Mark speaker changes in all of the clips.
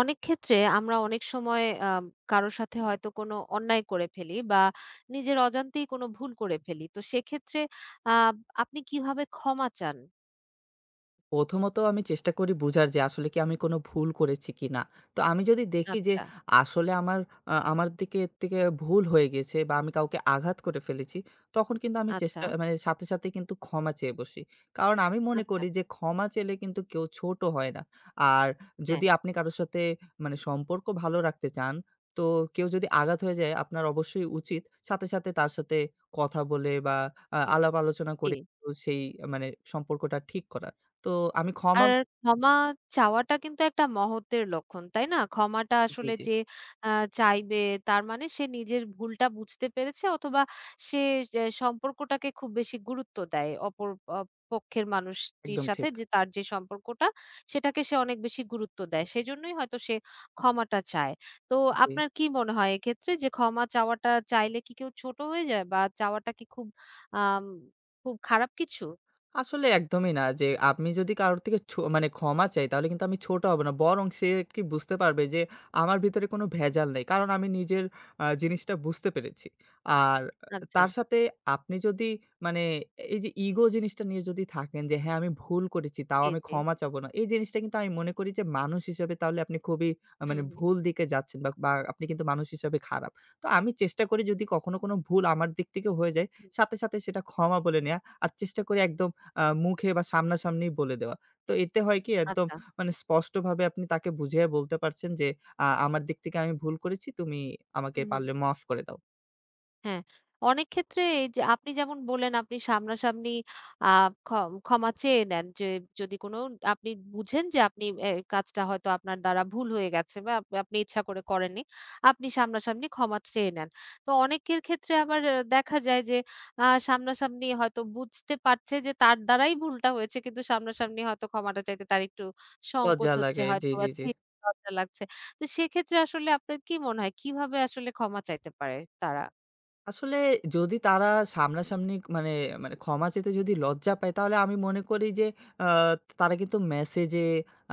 Speaker 1: অনেক ক্ষেত্রে আমরা অনেক সময় কারো সাথে হয়তো কোনো অন্যায় করে ফেলি বা নিজের অজান্তেই কোনো ভুল করে ফেলি। তো সেক্ষেত্রে আ আপনি কিভাবে ক্ষমা চান?
Speaker 2: প্রথমত আমি চেষ্টা করি বুঝার যে আসলে কি আমি কোনো ভুল করেছি কিনা। তো আমি যদি দেখি যে
Speaker 1: আচ্ছা,
Speaker 2: আসলে আমার আমার দিকে এর থেকে ভুল হয়ে গেছে বা আমি কাউকে আঘাত করে ফেলেছি, তখন কিন্তু আমি
Speaker 1: আচ্ছা,
Speaker 2: চেষ্টা মানে সাথে কিন্তু ক্ষমা চেয়ে বসি। কারণ আমি মনে
Speaker 1: আচ্ছা।
Speaker 2: করি যে ক্ষমা চাইলে কিন্তু কেউ ছোট হয় না। আর
Speaker 1: হ্যাঁ,
Speaker 2: যদি আপনি কারো সাথে মানে সম্পর্ক ভালো রাখতে চান, তো কেউ যদি আঘাত হয়ে যায় আপনার অবশ্যই উচিত সাথে তার সাথে কথা বলে বা
Speaker 1: হুম,
Speaker 2: আলাপ আলোচনা
Speaker 1: জি।
Speaker 2: করে সেই মানে সম্পর্কটা ঠিক করা। তো আমি ক্ষমা
Speaker 1: আর ক্ষমা চাওয়াটা কিন্তু একটা মহত্ত্বের লক্ষণ, তাই না? ক্ষমাটা
Speaker 2: জি,
Speaker 1: আসলে
Speaker 2: জি।
Speaker 1: যে আ চাইবে তার মানে সে নিজের ভুলটা বুঝতে পেরেছে অথবা সে যে সম্পর্কটাকে খুব বেশি গুরুত্ব দেয় অপর অ পক্ষের মানুষটির
Speaker 2: একদম
Speaker 1: সাথে
Speaker 2: ঠিক।
Speaker 1: যে তার যে সম্পর্কটা সেটাকে সে অনেক বেশি গুরুত্ব দেয়। সেজন্যই হয়তো সে ক্ষমাটা চায়। তো
Speaker 2: জি।
Speaker 1: আপনার কি মনে হয় এক্ষেত্রে যে ক্ষমা চাওয়াটা চাইলে কি কেউ ছোট হয়ে যায় বা চাওয়াটা কি খুব আম খুব খারাপ কিছু?
Speaker 2: আসলে একদমই না যে আমি যদি কারোর থেকে ছো মানে ক্ষমা চাই তাহলে কিন্তু আমি ছোট হব না। বরং সে কি বুঝতে পারবে যে আমার ভিতরে কোনো ভেজাল নেই। কারণ আমি নিজের জিনিসটা বুঝতে পেরেছি। আর
Speaker 1: আচ্ছা।
Speaker 2: তার সাথে আপনি যদি মানে এই যে ইগো জিনিসটা নিয়ে যদি থাকেন যে হ্যাঁ, আমি ভুল করেছি তাও
Speaker 1: জি,
Speaker 2: আমি
Speaker 1: জি।
Speaker 2: ক্ষমা চাবো না। এই জিনিসটা কিন্তু আমি মনে করি যে মানুষ হিসেবে তাহলে আপনি খুবই
Speaker 1: হুম,
Speaker 2: মানে
Speaker 1: হুম।
Speaker 2: ভুল দিকে যাচ্ছেন বা আপনি কিন্তু মানুষ হিসাবে খারাপ। তো আমি চেষ্টা করি যদি কখনো কোনো ভুল আমার দিক থেকে হয়ে যায়
Speaker 1: হুম।
Speaker 2: সাথে সেটা ক্ষমা বলে নেয়া। আর চেষ্টা করি একদম মুখে বা সামনাসামনি বলে দেওয়া। তো এতে হয় কি একদম
Speaker 1: আচ্ছা।
Speaker 2: মানে স্পষ্টভাবে আপনি তাকে বুঝিয়ে বলতে পারছেন যে, আমার দিক থেকে আমি ভুল করেছি। তুমি আমাকে
Speaker 1: হু, হু।
Speaker 2: পারলে মাফ করে দাও।"
Speaker 1: হ্যাঁ, অনেক ক্ষেত্রে এই যে আপনি যেমন বললেন আপনি সামনাসামনি আ ক্ষ ক্ষমা চেয়ে নেন যে যদি কোনো আপনি বুঝেন যে আপনি এ কাজটা হয়তো আপনার দ্বারা ভুল হয়ে গেছে বা আপনি ইচ্ছা করে করেননি। আপনি সামনাসামনি ক্ষমা চেয়ে নেন। তো অনেকের ক্ষেত্রে আবার দেখা যায় যে সামনাসামনি হয়তো বুঝতে পারছে যে তার দ্বারাই ভুলটা হয়েছে কিন্তু সামনাসামনি হয়তো ক্ষমাটা চাইতে তার একটু
Speaker 2: লজ্জা
Speaker 1: সংকোচ হচ্ছে
Speaker 2: লাগে। জি,
Speaker 1: হয়তোবা
Speaker 2: জি, জি।
Speaker 1: লজ্জা লাগছে। তো সেক্ষেত্রে আসলে আপনার কি মনে হয় কিভাবে আসলে ক্ষমা চাইতে পারে তারা?
Speaker 2: আসলে যদি তারা সামনাসামনি মানে মানে ক্ষমা চেতে যদি লজ্জা পায়, তাহলে আমি মনে করি যে আ তারা কিন্তু মেসেজে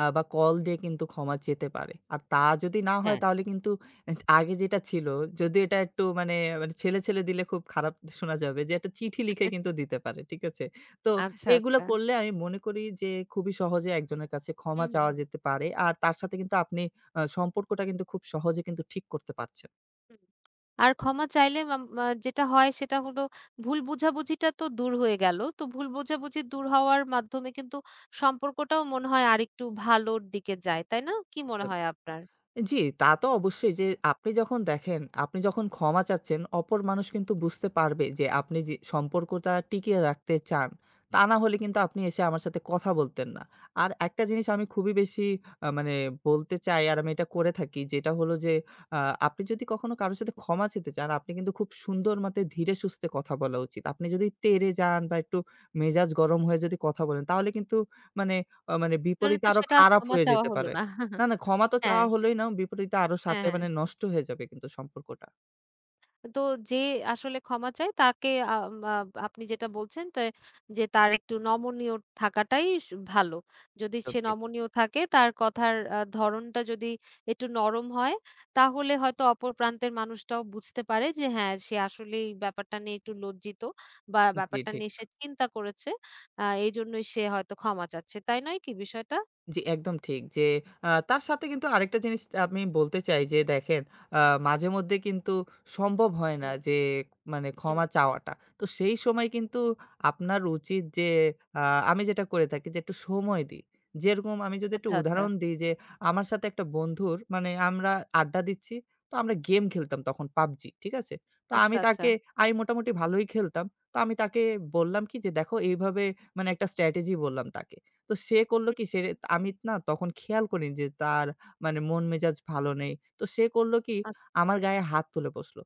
Speaker 2: বা কল দিয়ে কিন্তু ক্ষমা চেতে পারে। আর তা যদি না হয়
Speaker 1: হ্যাঁ।
Speaker 2: তাহলে কিন্তু আগে যেটা ছিল, যদি এটা একটু মানে মানে ছেলে দিলে খুব খারাপ শোনা যাবে যে একটা চিঠি লিখে কিন্তু দিতে পারে। ঠিক আছে? তো
Speaker 1: আচ্ছা,
Speaker 2: এগুলো
Speaker 1: আচ্ছা।
Speaker 2: করলে আমি মনে করি যে খুবই সহজে একজনের কাছে ক্ষমা
Speaker 1: হুম, হুম,
Speaker 2: চাওয়া
Speaker 1: হুম,
Speaker 2: যেতে পারে। আর তার সাথে কিন্তু আপনি সম্পর্কটা কিন্তু খুব সহজে কিন্তু ঠিক করতে পারছেন।
Speaker 1: হুম। আর ক্ষমা চাইলে যেটা হয় সেটা হলো ভুল বোঝাবুঝিটা তো দূর হয়ে গেল। তো ভুল বোঝাবুঝি দূর হওয়ার মাধ্যমে কিন্তু সম্পর্কটাও মনে হয় আরেকটু ভালোর দিকে যায়। তাই না? কি মনে হয় আপনার?
Speaker 2: জি, তা তো অবশ্যই যে আপনি যখন দেখেন, আপনি যখন ক্ষমা চাচ্ছেন, অপর মানুষ কিন্তু বুঝতে পারবে যে আপনি যে সম্পর্কটা টিকিয়ে রাখতে চান। তা না হলে কিন্তু আপনি এসে আমার সাথে কথা বলতেন না। আর একটা জিনিস আমি খুবই বেশি মানে বলতে চাই আর আমি এটা করে থাকি যেটা হলো যে আ আপনি যদি কখনো কারো সাথে ক্ষমা চেতে চান, আপনি কিন্তু খুব সুন্দর মাত্রায় ধীরে সুস্থে কথা বলা উচিত। আপনি যদি তেড়ে যান বা একটু মেজাজ গরম হয়ে যদি কথা বলেন তাহলে কিন্তু মানে মানে
Speaker 1: তাহলে
Speaker 2: বিপরীতে
Speaker 1: তো
Speaker 2: আরো
Speaker 1: সেটা আর
Speaker 2: খারাপ
Speaker 1: ক্ষমা
Speaker 2: হয়ে
Speaker 1: চাওয়া
Speaker 2: যেতে
Speaker 1: হলো
Speaker 2: পারে।
Speaker 1: না।
Speaker 2: না, না ক্ষমা তো
Speaker 1: হ্যাঁ,
Speaker 2: চাওয়া হলোই না। বিপরীতে আরো
Speaker 1: হ্যাঁ,
Speaker 2: সাথে
Speaker 1: হ্যাঁ।
Speaker 2: মানে নষ্ট হয়ে যাবে কিন্তু সম্পর্কটা।
Speaker 1: তো যে আসলে ক্ষমা চায় তাকে আপনি যেটা বলছেন যে তার একটু নমনীয় থাকাটাই ভালো। যদি
Speaker 2: তো
Speaker 1: সে
Speaker 2: ঠিক
Speaker 1: নমনীয় থাকে তার কথার ধরণটা যদি একটু নরম হয় তাহলে হয়তো অপর প্রান্তের মানুষটাও বুঝতে পারে যে হ্যাঁ, সে আসলেই ব্যাপারটা নিয়ে একটু লজ্জিত বা
Speaker 2: জি,
Speaker 1: ব্যাপারটা
Speaker 2: ঠিক।
Speaker 1: নিয়ে সে চিন্তা করেছে। এজন্যই সে হয়তো ক্ষমা চাচ্ছে। তাই নয় কি বিষয়টা?
Speaker 2: জি, একদম ঠিক। যে তার সাথে কিন্তু আরেকটা জিনিস আমি বলতে চাই যে দেখেন আ মাঝেমধ্যে কিন্তু সম্ভব হয় না
Speaker 1: হুম,
Speaker 2: যে মানে
Speaker 1: হুম।
Speaker 2: ক্ষমা চাওয়াটা। তো সেই সময় কিন্তু আপনার উচিত যে আ আমি যেটা করে থাকি যে একটু সময় দিই। যেরকম আমি যদি একটু
Speaker 1: আচ্ছা, আচ্ছা।
Speaker 2: উদাহরণ দিই যে আমার সাথে একটা বন্ধুর মানে আমরা আড্ডা দিচ্ছি, তো আমরা গেম খেলতাম তখন PUBG, ঠিক আছে? তো আমি
Speaker 1: আচ্ছা, আচ্ছা।
Speaker 2: তাকে আমি মোটামুটি ভালোই খেলতাম। তো আমি তাকে বললাম কি যে দেখো এইভাবে মানে একটা স্ট্র্যাটেজি বললাম তাকে। তো সে করল
Speaker 1: হুম,
Speaker 2: কি সে আমি না তখন খেয়াল করিনি যে তার মানে মন মেজাজ ভালো নেই। তো সে করল কি আমার
Speaker 1: আচ্ছা।
Speaker 2: গায়ে হাত তুলে বসলো।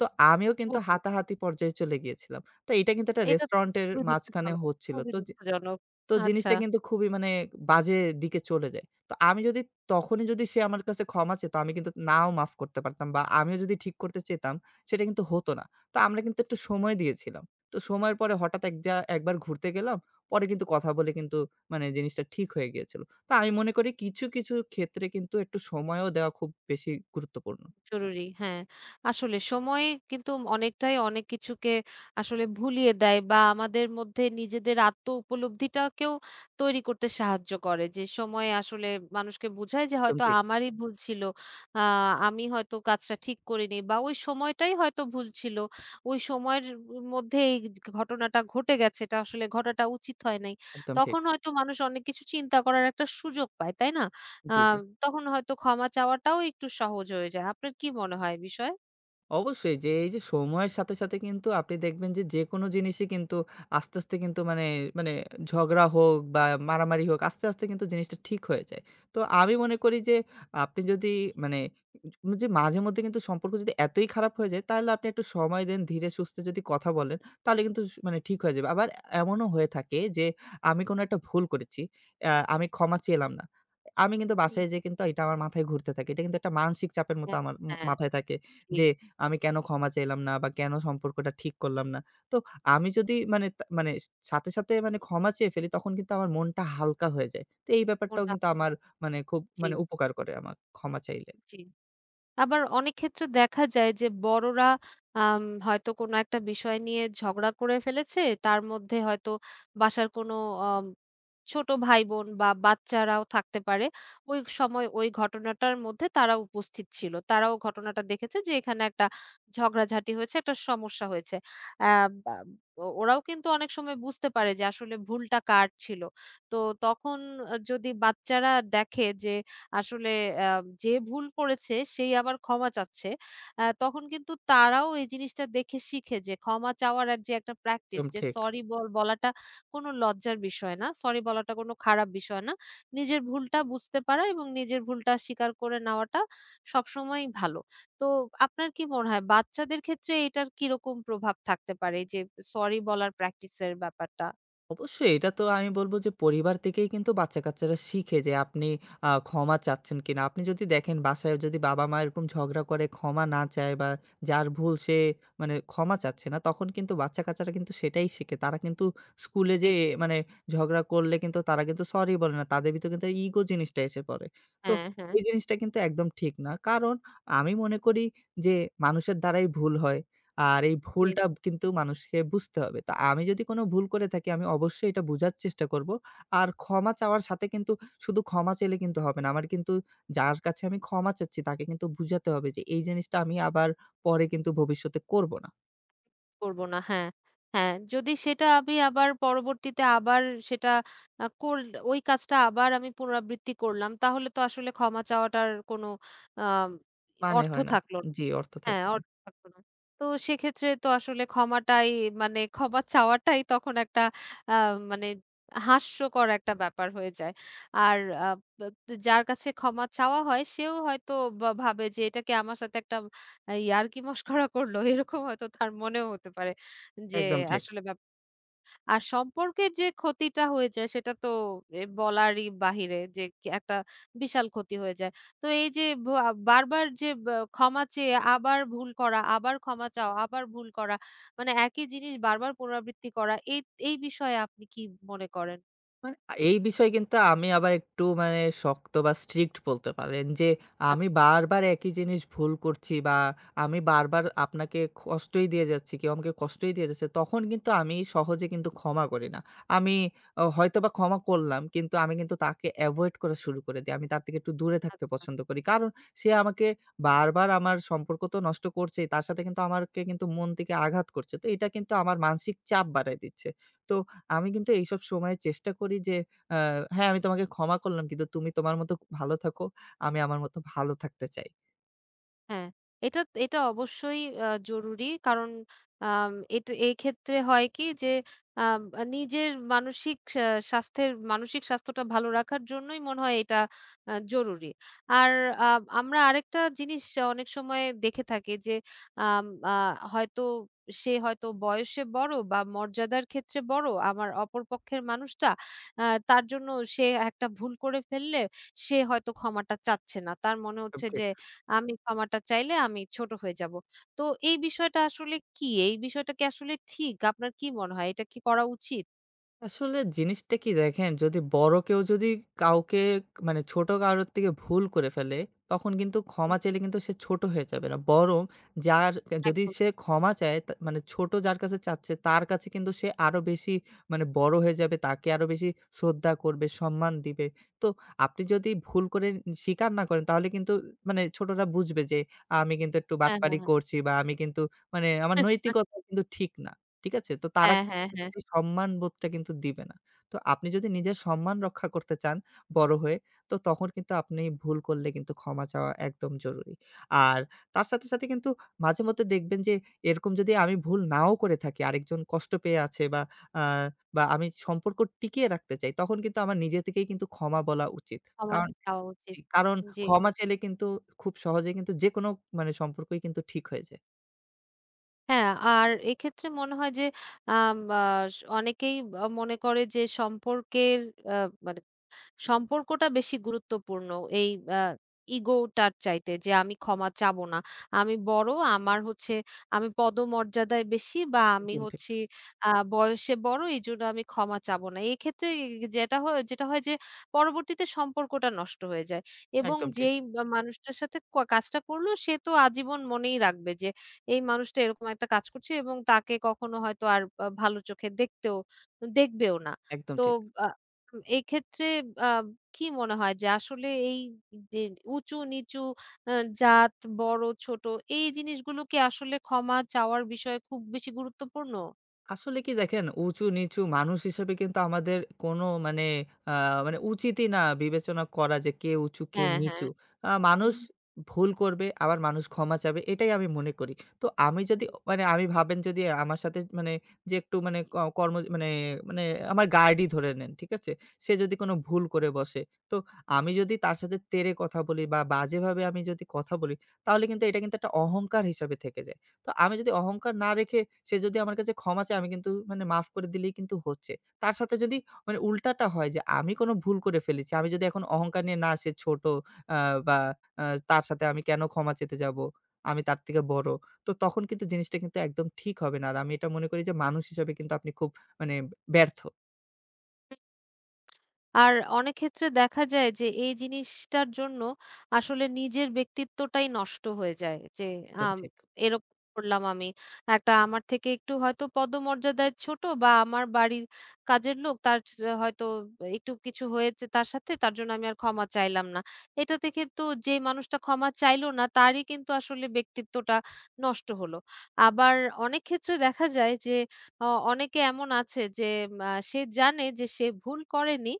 Speaker 2: তো আমিও কিন্তু
Speaker 1: ওহ!
Speaker 2: হাতাহাতি পর্যায়ে চলে গিয়েছিলাম। তো এটা কিন্তু একটা
Speaker 1: এটা
Speaker 2: রেস্টুরেন্টের
Speaker 1: খুবই
Speaker 2: মাঝখানে
Speaker 1: দুঃখজনক,
Speaker 2: হচ্ছিল।
Speaker 1: খুবই
Speaker 2: তো যে
Speaker 1: দুঃখজনক।
Speaker 2: তো
Speaker 1: আচ্ছা।
Speaker 2: জিনিসটা কিন্তু খুবই মানে বাজে দিকে চলে যায়। তো আমি যদি তখনই যদি সে আমার কাছে ক্ষমা চেত, আমি কিন্তু নাও মাফ করতে পারতাম বা আমিও যদি ঠিক করতে চেতাম, সেটা কিন্তু হতো না। তো আমরা কিন্তু একটু সময় দিয়েছিলাম। তো সময়ের পরে হঠাৎ এক যা
Speaker 1: আ,
Speaker 2: একবার ঘুরতে গেলাম। পরে কিন্তু কথা বলে কিন্তু মানে জিনিসটা ঠিক হয়ে গিয়েছিল। তো আমি মনে করি কিছু ক্ষেত্রে কিন্তু একটু সময়ও দেওয়া খুব বেশি গুরুত্বপূর্ণ।
Speaker 1: জরুরি। হ্যাঁ, আসলে সময় কিন্তু অনেকটাই অনেক কিছুকে আসলে ভুলিয়ে দেয় বা আমাদের মধ্যে নিজেদের আত্ম উপলব্ধিটাকেও তৈরি করতে সাহায্য করে। যে সময় আসলে মানুষকে বোঝায় যে
Speaker 2: একদম
Speaker 1: হয়তো
Speaker 2: ঠিক,
Speaker 1: আমারই ভুল ছিল। আ আমি হয়তো কাজটা ঠিক করিনি বা ওই সময়টাই হয়তো ভুল ছিল। ওই সময়ের মধ্যে এই ঘটনাটা ঘটে গেছে। এটা আসলে ঘটাটা উচিত হয় নাই।
Speaker 2: একদম ঠিক।
Speaker 1: তখন হয়তো মানুষ অনেক কিছু চিন্তা করার একটা সুযোগ পায়। তাই না? আ
Speaker 2: জি, জি।
Speaker 1: তখন হয়তো ক্ষমা চাওয়াটাও একটু সহজ হয়ে যায়। আপনার কি মনে হয় এ বিষয়ে?
Speaker 2: অবশ্যই যে এই যে সময়ের সাথে কিন্তু আপনি দেখবেন যে, যেকোনো জিনিসই কিন্তু আস্তে কিন্তু মানে, মানে ঝগড়া হোক বা মারামারি হোক আস্তে কিন্তু জিনিসটা ঠিক হয়ে যায়। তো আমি মনে করি যে আপনি যদি মানে যে মাঝেমধ্যে কিন্তু সম্পর্ক যদি এতই খারাপ হয়ে যায় তাহলে আপনি একটু সময় দেন ধীরে সুস্থে যদি কথা বলেন তাহলে কিন্তু স মানে ঠিক হয়ে যাবে। আবার এমনও হয়ে থাকে যে আমি কোনো একটা ভুল করেছি, আমি ক্ষমা চেলাম না। আমি কিন্তু
Speaker 1: হুম,
Speaker 2: বাসায় যেয়ে কিন্তু এটা আমার মাথায় ঘুরতে থাকে। এটা কিন্তু একটা মানসিক চাপের মতো
Speaker 1: হ্যাঁ,
Speaker 2: আমার ম
Speaker 1: হ্যাঁ,
Speaker 2: মাথায় থাকে
Speaker 1: ঠিক।
Speaker 2: যে আমি কেন ক্ষমা চাইলাম না বা কেন সম্পর্কটা ঠিক করলাম না। তো আমি যদি মানে তা মানে সাথে মানে ক্ষমা চেয়ে ফেলি তখন কিন্তু আমার মনটা হালকা হয়ে যায়। তো এই ব্যাপারটাও
Speaker 1: কোনটা
Speaker 2: কিন্তু আমার মানে খুব
Speaker 1: জি,
Speaker 2: মানে উপকার করে আমার ক্ষমা চাইলে।
Speaker 1: জি। আবার অনেক ক্ষেত্রে দেখা যায় যে বড়রা হয়তো কোনো একটা বিষয় নিয়ে ঝগড়া করে ফেলেছে। তার মধ্যে হয়তো বাসার কোনো আম ছোট ভাই-বোন বা বাচ্চারাও থাকতে পারে। ওই সময় ওই ঘটনাটার মধ্যে তারা উপস্থিত ছিল। তারাও ঘটনাটা দেখেছে যে এখানে একটা ঝগড়াঝাটি হয়েছে, একটা সমস্যা হয়েছে। অ্যা বা ও ওরাও কিন্তু অনেক সময় বুঝতে পারে যে আসলে ভুলটা কার ছিল। তো তখন যদি বাচ্চারা দেখে যে আসলে আ যে ভুল করেছে সেই আবার ক্ষমা চাচ্ছে। তখন কিন্তু তারাও এই জিনিসটা দেখে শিখে যে ক্ষমা চাওয়ার আর যে একটা প্র্যাকটিস
Speaker 2: একদম
Speaker 1: যে
Speaker 2: ঠিক।
Speaker 1: সরি বলাটা কোনো লজ্জার বিষয় না। সরি বলাটা কোনো খারাপ বিষয় না। নিজের ভুলটা বুঝতে পারা এবং নিজের ভুলটা স্বীকার করে নেওয়াটা সবসময়ই ভালো। তো আপনার কি মনে হয় বাচ্চাদের ক্ষেত্রে এটার কিরকম প্রভাব থাকতে পারে? এই যে সরি বলার প্র্যাকটিসের ব্যাপারটা?
Speaker 2: অবশ্যই এটা তো আমি বলবো যে পরিবার থেকেই কিন্তু বাচ্চা-কাচ্চারা শিখে যে আপনি ক্ষমা চাচ্ছেন কিনা। আপনি যদি দেখেন বাসায় যদি বাবা-মা এরকম ঝগড়া করে ক্ষমা না চায় বা যার ভুল সে মানে ক্ষমা চাচ্ছে না, তখন কিন্তু বাচ্চা-কাচ্চারা কিন্তু সেটাই শিখে। তারা কিন্তু স্কুলে
Speaker 1: জি।
Speaker 2: যেয়ে মানে ঝগড়া করলে কিন্তু তারা কিন্তু সরি বলে না। তাদের ভিতরে কিন্তু ইগো জিনিসটা এসে পড়ে। তো
Speaker 1: হ্যাঁ, হ্যাঁ।
Speaker 2: এই জিনিসটা কিন্তু একদম ঠিক না। কারণ আমি মনে করি যে মানুষের দ্বারাই ভুল হয়। আর এই
Speaker 1: জি।
Speaker 2: ভুলটা কিন্তু মানুষকে বুঝতে হবে। তো আমি যদি কোনো ভুল করে থাকি আমি অবশ্যই এটা বুঝার চেষ্টা করব। আর ক্ষমা চাওয়ার সাথে কিন্তু শুধু ক্ষমা চাইলে কিন্তু হবে না। আমার কিন্তু যার কাছে আমি ক্ষমা চাচ্ছি তাকে কিন্তু বুঝাতে হবে যে এই জিনিসটা আমি আবার পরে কিন্তু ভবিষ্যতে করব না।
Speaker 1: করব না। হ্যাঁ, হ্যাঁ। যদি সেটা আমি আবার পরবর্তীতে আবার সেটা আ কর ওই কাজটা আবার আমি পুনরাবৃত্তি করলাম তাহলে তো আসলে ক্ষমা চাওয়াটার কোনো আ
Speaker 2: মানে
Speaker 1: অর্থ
Speaker 2: হয় না।
Speaker 1: থাকলো না।
Speaker 2: জি, অর্থ
Speaker 1: হ্যাঁ,
Speaker 2: থাকবে না।
Speaker 1: অর্থ থাকতো না। তো সেক্ষেত্রে তো আসলে ক্ষমাটাই মানে ক্ষমা চাওয়াটাই তখন একটা আ মানে হাস্যকর একটা ব্যাপার হয়ে যায়। আর আ ব যার কাছে ক্ষমা চাওয়া হয় সেও হয়তো ভাবে যে এটা কি আমার সাথে একটা ইয়ার্কি মশকরা করল এরকম হয়তো তার মনেও হতে পারে যে
Speaker 2: একদম ঠিক।
Speaker 1: আসলে ব্যাপারটা আর সম্পর্কের যে ক্ষতিটা হয়ে যায় সেটা তো এ বলারই বাহিরে যে কি একটা বিশাল ক্ষতি হয়ে যায়। তো এই যে বারবার যে ক্ষমা চেয়ে আবার ভুল করা, আবার ক্ষমা চাওয়া, আবার ভুল করা মানে একই জিনিস বারবার পুনরাবৃত্তি করা এই এই বিষয়ে আপনি কি মনে করেন?
Speaker 2: মানে এই বিষয়ে কিন্তু আমি আবার একটু মানে শক্ত বা স্ট্রিক্ট বলতে পারেন যে,
Speaker 1: আ
Speaker 2: আমি বারবার একই জিনিস ভুল করছি বা আমি বারবার আপনাকে কষ্টই দিয়ে যাচ্ছি, কেউ আমাকে কষ্টই দিয়ে যাচ্ছে, তখন কিন্তু আমি সহজে কিন্তু ক্ষমা করি না। আমি অ হয়তোবা ক্ষমা করলাম কিন্তু আমি কিন্তু তাকে এভয়েড করা শুরু করে দেই। আমি তার থেকে একটু দূরে থাকতে
Speaker 1: আচ্ছা।
Speaker 2: পছন্দ করি। কারণ সে আমাকে বারবার আমার সম্পর্ক তো নষ্ট করছেই, তার সাথে কিন্তু আমারকে কিন্তু মন থেকে আঘাত করছে। তো এটা কিন্তু আমার মানসিক চাপ বাড়ায় দিচ্ছে। তো আমি কিন্তু এইসব সময়ে চেষ্টা করি যে আ "হ্যাঁ, আমি তোমাকে ক্ষমা করলাম কিন্তু তুমি তোমার মতো ভালো থাকো। আমি আমার মতো ভালো থাকতে চাই।"
Speaker 1: হ্যাঁ, এটা এটা অবশ্যই জরুরি। কারণ এক্ষেত্রে হয় কি যে আম নিজের মানসিক স্বাস্থ্যের মানসিক স্বাস্থ্যটা ভালো রাখার জন্যই মনে হয় এটা জরুরি। আর আ আমরা আরেকটা জিনিস অনেক সময় দেখে থাকি যে আম আ হয়তো সে হয়তো বয়সে বড় বা মর্যাদার ক্ষেত্রে বড়, আমার অপর পক্ষের মানুষটা। তার জন্য সে একটা ভুল করে ফেললে সে হয়তো ক্ষমাটা চাচ্ছে না। তার মনে হচ্ছে যে আমি ক্ষমাটা চাইলে আমি ছোট হয়ে যাব। তো এই বিষয়টা আসলে কি? এই বিষয়টা কি আসলে ঠিক? আপনার কি মনে হয়? এটা কি করা উচিত?
Speaker 2: আসলে জিনিসটা কি দেখেন, যদি বড় কেউ যদি কাউকে মানে ছোট কারোর থেকে ভুল করে ফেলে, তখন কিন্তু
Speaker 1: হুম,
Speaker 2: ক্ষমা চাইলে কিন্তু সে ছোট হয়ে যাবে না। বরং যার যদি
Speaker 1: একদম।
Speaker 2: সে ক্ষমা চায় তা মানে ছোট যার কাছে চাচ্ছে তার কাছে কিন্তু সে আরো বেশি মানে বড় হয়ে যাবে, তাকে আরো বেশি শ্রদ্ধা করবে, সম্মান দিবে। তো আপনি যদি ভুল করে স্বীকার না করেন তাহলে কিন্তু মানে ছোটরা বুঝবে যে আমি কিন্তু একটু
Speaker 1: হ্যাঁ, হ্যাঁ,
Speaker 2: বাটপারি
Speaker 1: হ্যাঁ।
Speaker 2: করছি বা আমি কিন্তু মানে আমার নৈতিকতা কিন্তু ঠিক না। ঠিক আছে? তো তারা
Speaker 1: হ্যাঁ, হ্যাঁ,
Speaker 2: আপনাকে
Speaker 1: হ্যাঁ।
Speaker 2: সেই সম্মান বোধটা কিন্তু দিবে না। তো আপনি যদি নিজের সম্মান রক্ষা করতে চান বড় হয়ে, তো তখন কিন্তু আপনি ভুল করলে কিন্তু ক্ষমা চাওয়া একদম জরুরি। আর তার সাথে কিন্তু মাঝেমধ্যে দেখবেন যে এরকম যদি আমি ভুল নাও করে থাকি, আরেকজন কষ্ট পেয়ে আছে বা আ বা আমি সম্পর্ক টিকিয়ে রাখতে চাই, তখন কিন্তু আমার নিজে থেকেই কিন্তু ক্ষমা বলা উচিত। কারণ
Speaker 1: ক্ষমাটা চাওয়া উচিত।
Speaker 2: জি, কারণ
Speaker 1: জি।
Speaker 2: ক্ষমা চাইলে কিন্তু খুব সহজেই কিন্তু যেকোনো মানে সম্পর্কই কিন্তু ঠিক হয়ে যায়।
Speaker 1: হ্যাঁ, আর এক্ষেত্রে মনে হয় যে অনেকেই মনে করে যে সম্পর্কের আ মানে সম্পর্কটা বেশি গুরুত্বপূর্ণ। এই আ ইগোটার চাইতে যে আমি ক্ষমা চাবো না। আমি বড়, আমার হচ্ছে আমি পদমর্যাদায় বেশি বা আমি
Speaker 2: একদম ঠিক,
Speaker 1: হচ্ছি বয়সে বড় এজন্য আমি ক্ষমা চাবো না। এক্ষেত্রে যেটা হয় যে পরবর্তীতে সম্পর্কটা নষ্ট হয়ে যায়। এবং
Speaker 2: একদম ঠিক,
Speaker 1: যেই বা মানুষটার সাথে কাজটা করলো সে তো আজীবন মনেই রাখবে যে এই মানুষটা এরকম একটা কাজ করছে এবং তাকে কখনো হয়তো আর ভালো চোখে দেখতেও দেখবেও না।
Speaker 2: একদম
Speaker 1: তো
Speaker 2: ঠিক।
Speaker 1: আ এক্ষেত্রে আ কি মনে হয় যে আসলে এই যে উঁচু-নিচু আ জাত, বড়-ছোট এই জিনিসগুলো কি আসলে ক্ষমা চাওয়ার বিষয়ে খুব বেশি গুরুত্বপূর্ণ?
Speaker 2: আসলে কি দেখেন, উঁচু-নিচু মানুষ হিসেবে কিন্তু আমাদের কোনো মানে আ মানে উচিতই না বিবেচনা করা যে কে উঁচু, কে
Speaker 1: হ্যাঁ, হ্যাঁ।
Speaker 2: নিচু।
Speaker 1: হুম।
Speaker 2: মানুষ ভুল করবে, আবার মানুষ ক্ষমা চাবে এটাই আমি মনে করি। তো আমি যদি অ মানে আমি ভাবেন যদি আমার সাথে মানে যে একটু মানে ক কর্ম মানে মানে আমার গার্ডই ধরে নেন, ঠিক আছে? সে যদি কোনো ভুল করে বসে, তো আমি যদি তার সাথে তেড়ে কথা বলি বা বাজেভাবে আমি যদি কথা বলি, তাহলে কিন্তু এটা কিন্তু একটা অহংকার হিসাবে থেকে যায়। তো আমি যদি অহংকার না রেখে সে যদি আমার কাছে ক্ষমা চায় আমি কিন্তু মানে মাফ করে দিলেই কিন্তু হচ্ছে। তার সাথে যদি মানে উল্টাটা হয় যে আমি কোনো ভুল করে ফেলেছি। আমি যদি এখন অহংকার নিয়ে না সে ছোট আ বা আ তার সাথে আমি কেন ক্ষমা চেতে যাবো? আমি তার থেকে বড়। তো তখন কিন্তু জিনিসটা কিন্তু একদম ঠিক হবে না। আর আমি এটা মনে করি যে মানুষ হিসাবে কিন্তু আপনি খুব মানে ব্যর্থ।
Speaker 1: আর অনেক ক্ষেত্রে দেখা যায় যে এই জিনিসটার জন্য আসলে নিজের ব্যক্তিত্বটাই নষ্ট হয়ে যায়। যে
Speaker 2: একদম
Speaker 1: আম
Speaker 2: ঠিক।
Speaker 1: এরকম করলাম আমি। একটা আমার থেকে একটু হয়তো পদমর্যাদায় ছোট বা আমার বাড়ির কাজের লোক তার হয়তো একটু কিছু হয়েছে তার সাথে তার জন্য আমি আর ক্ষমা চাইলাম না। এটাতে কিন্তু যে মানুষটা ক্ষমা চাইলো না তারই কিন্তু আসলে ব্যক্তিত্বটা নষ্ট হলো। আবার অনেক ক্ষেত্রে দেখা যায় যে অ অনেকে এমন আছে যে সে জানে যে সে ভুল করেনি।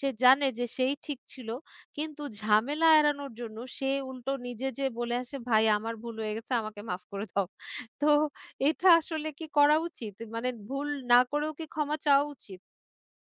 Speaker 1: সে জানে যে সেই ঠিক ছিল। কিন্তু ঝামেলা এড়ানোর জন্য সে উল্টো নিজে যেয়ে বলে আসে, "ভাই আমার ভুল হয়ে গেছে আমাকে মাফ করে দাও।" তো এটা আসলে কি করা উচিত? মানে ভুল না করেও কি ক্ষমা চাওয়া উচিত?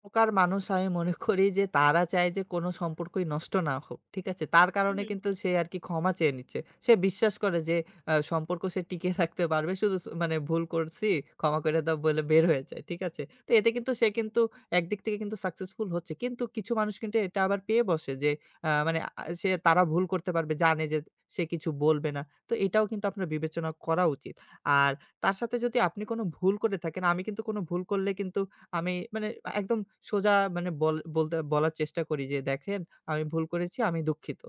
Speaker 2: প্রকার মানুষ আমি মনে করি যে তারা চায় যে কোনো সম্পর্কই নষ্ট না হোক। ঠিক আছে? তার
Speaker 1: হু,
Speaker 2: কারণে
Speaker 1: হু,
Speaker 2: কিন্তু সে আরকি ক্ষমা চেয়ে নিচ্ছে। সে বিশ্বাস করে যে সম্পর্ক সে টিকিয়ে রাখতে পারবে। শুধু স মানে ভুল করছি, ক্ষমা করে দাও বলে বের হয়ে যায়। ঠিক আছে? তো এতে কিন্তু সে কিন্তু একদিক থেকে কিন্তু সাকসেসফুল হচ্ছে। কিন্তু কিছু মানুষ কিন্তু এটা আবার পেয়ে বসে যে মানে সে তারা ভুল করতে পারবে, জানে যে সে কিছু বলবে না। তো এটাও কিন্তু আপনার বিবেচনা করা উচিত। আর তার সাথে যদি আপনি কোনো ভুল করে থাকেন, আমি কিন্তু কোনো ভুল করলে কিন্তু আমি মানে একদম সোজা মানে বল বলতে বলার চেষ্টা করি যে, "দেখেন আমি ভুল করেছি, আমি দুঃখিত।"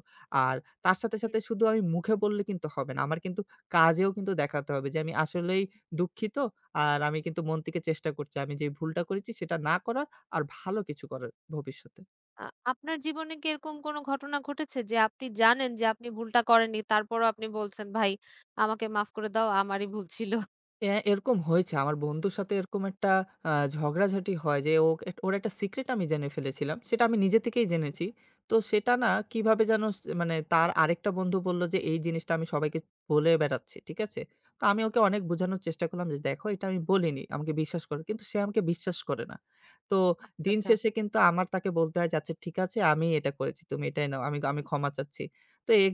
Speaker 2: আর তার সাথে,
Speaker 1: হুম।
Speaker 2: সাথে শুধু আমি মুখে বললে কিন্তু হবে না। আমার কিন্তু কাজেও কিন্তু দেখাতে হবে যে, আমি আসলেই দুঃখিত আর আমি কিন্তু মন থেকে চেষ্টা করছি। আমি যে ভুলটা করেছি সেটা না করার আর ভালো কিছু করার ভবিষ্যতে।
Speaker 1: আ আপনার জীবনে কি এরকম কোনো ঘটনা ঘটেছে যে আপনি জানেন যে আপনি ভুলটা করেননি তারপরও আপনি বলছেন, "ভাই আমাকে মাফ করে দাও আমারই ভুল ছিল"?
Speaker 2: হ্যাঁ, এরকম হয়েছে। আমার বন্ধুর সাথে এরকম একটা ঝগড়াঝাটি হয় যে ও এক ওর একটা সিক্রেট আমি জেনে ফেলেছিলাম। সেটা আমি নিজে থেকেই জেনেছি। তো সেটা না কিভাবে যেন স মানে তার আরেকটা বন্ধু বলল যে, "এই জিনিসটা আমি সবাইকে বলে বেড়াচ্ছি।" ঠিক আছে? তো আমি ওকে অনেক বোঝানোর চেষ্টা করলাম যে, "দেখো এটা আমি বলিনি। আমাকে বিশ্বাস করো।" কিন্তু সে আমাকে বিশ্বাস করে না। তো
Speaker 1: আচ্ছা,
Speaker 2: দিন
Speaker 1: আচ্ছা।
Speaker 2: শেষে কিন্তু আমার তাকে বলতে হয় যে, "আচ্ছা ঠিক আছে আমিই এটা করেছি। তুমি এটাই নাও। আমি আমি ক্ষমা চাচ্ছি।" তো এ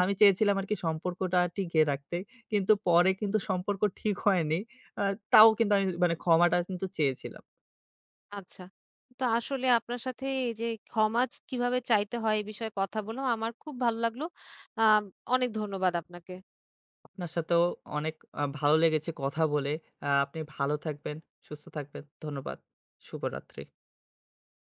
Speaker 2: আমি চেয়েছিলাম আরকি সম্পর্কটা টিকিয়ে রাখতে। কিন্তু পরে কিন্তু সম্পর্ক ঠিক হয়নি। আ তাও কিন্তু আমি মানে ক্ষমাটা কিন্তু চেয়েছিলাম।
Speaker 1: আচ্ছা। তো আসলে আপনার সাথে এই যে ক্ষমা কিভাবে চাইতে হয় এই বিষয়ে কথা বললাম। আমার খুব ভালো লাগলো। আ অনেক ধন্যবাদ আপনাকে।
Speaker 2: আপনার সাথেও অনেক ভালো লেগেছে কথা বলে। আপনি ভালো থাকবেন, সুস্থ থাকবেন। ধন্যবাদ। শুভরাত্রি।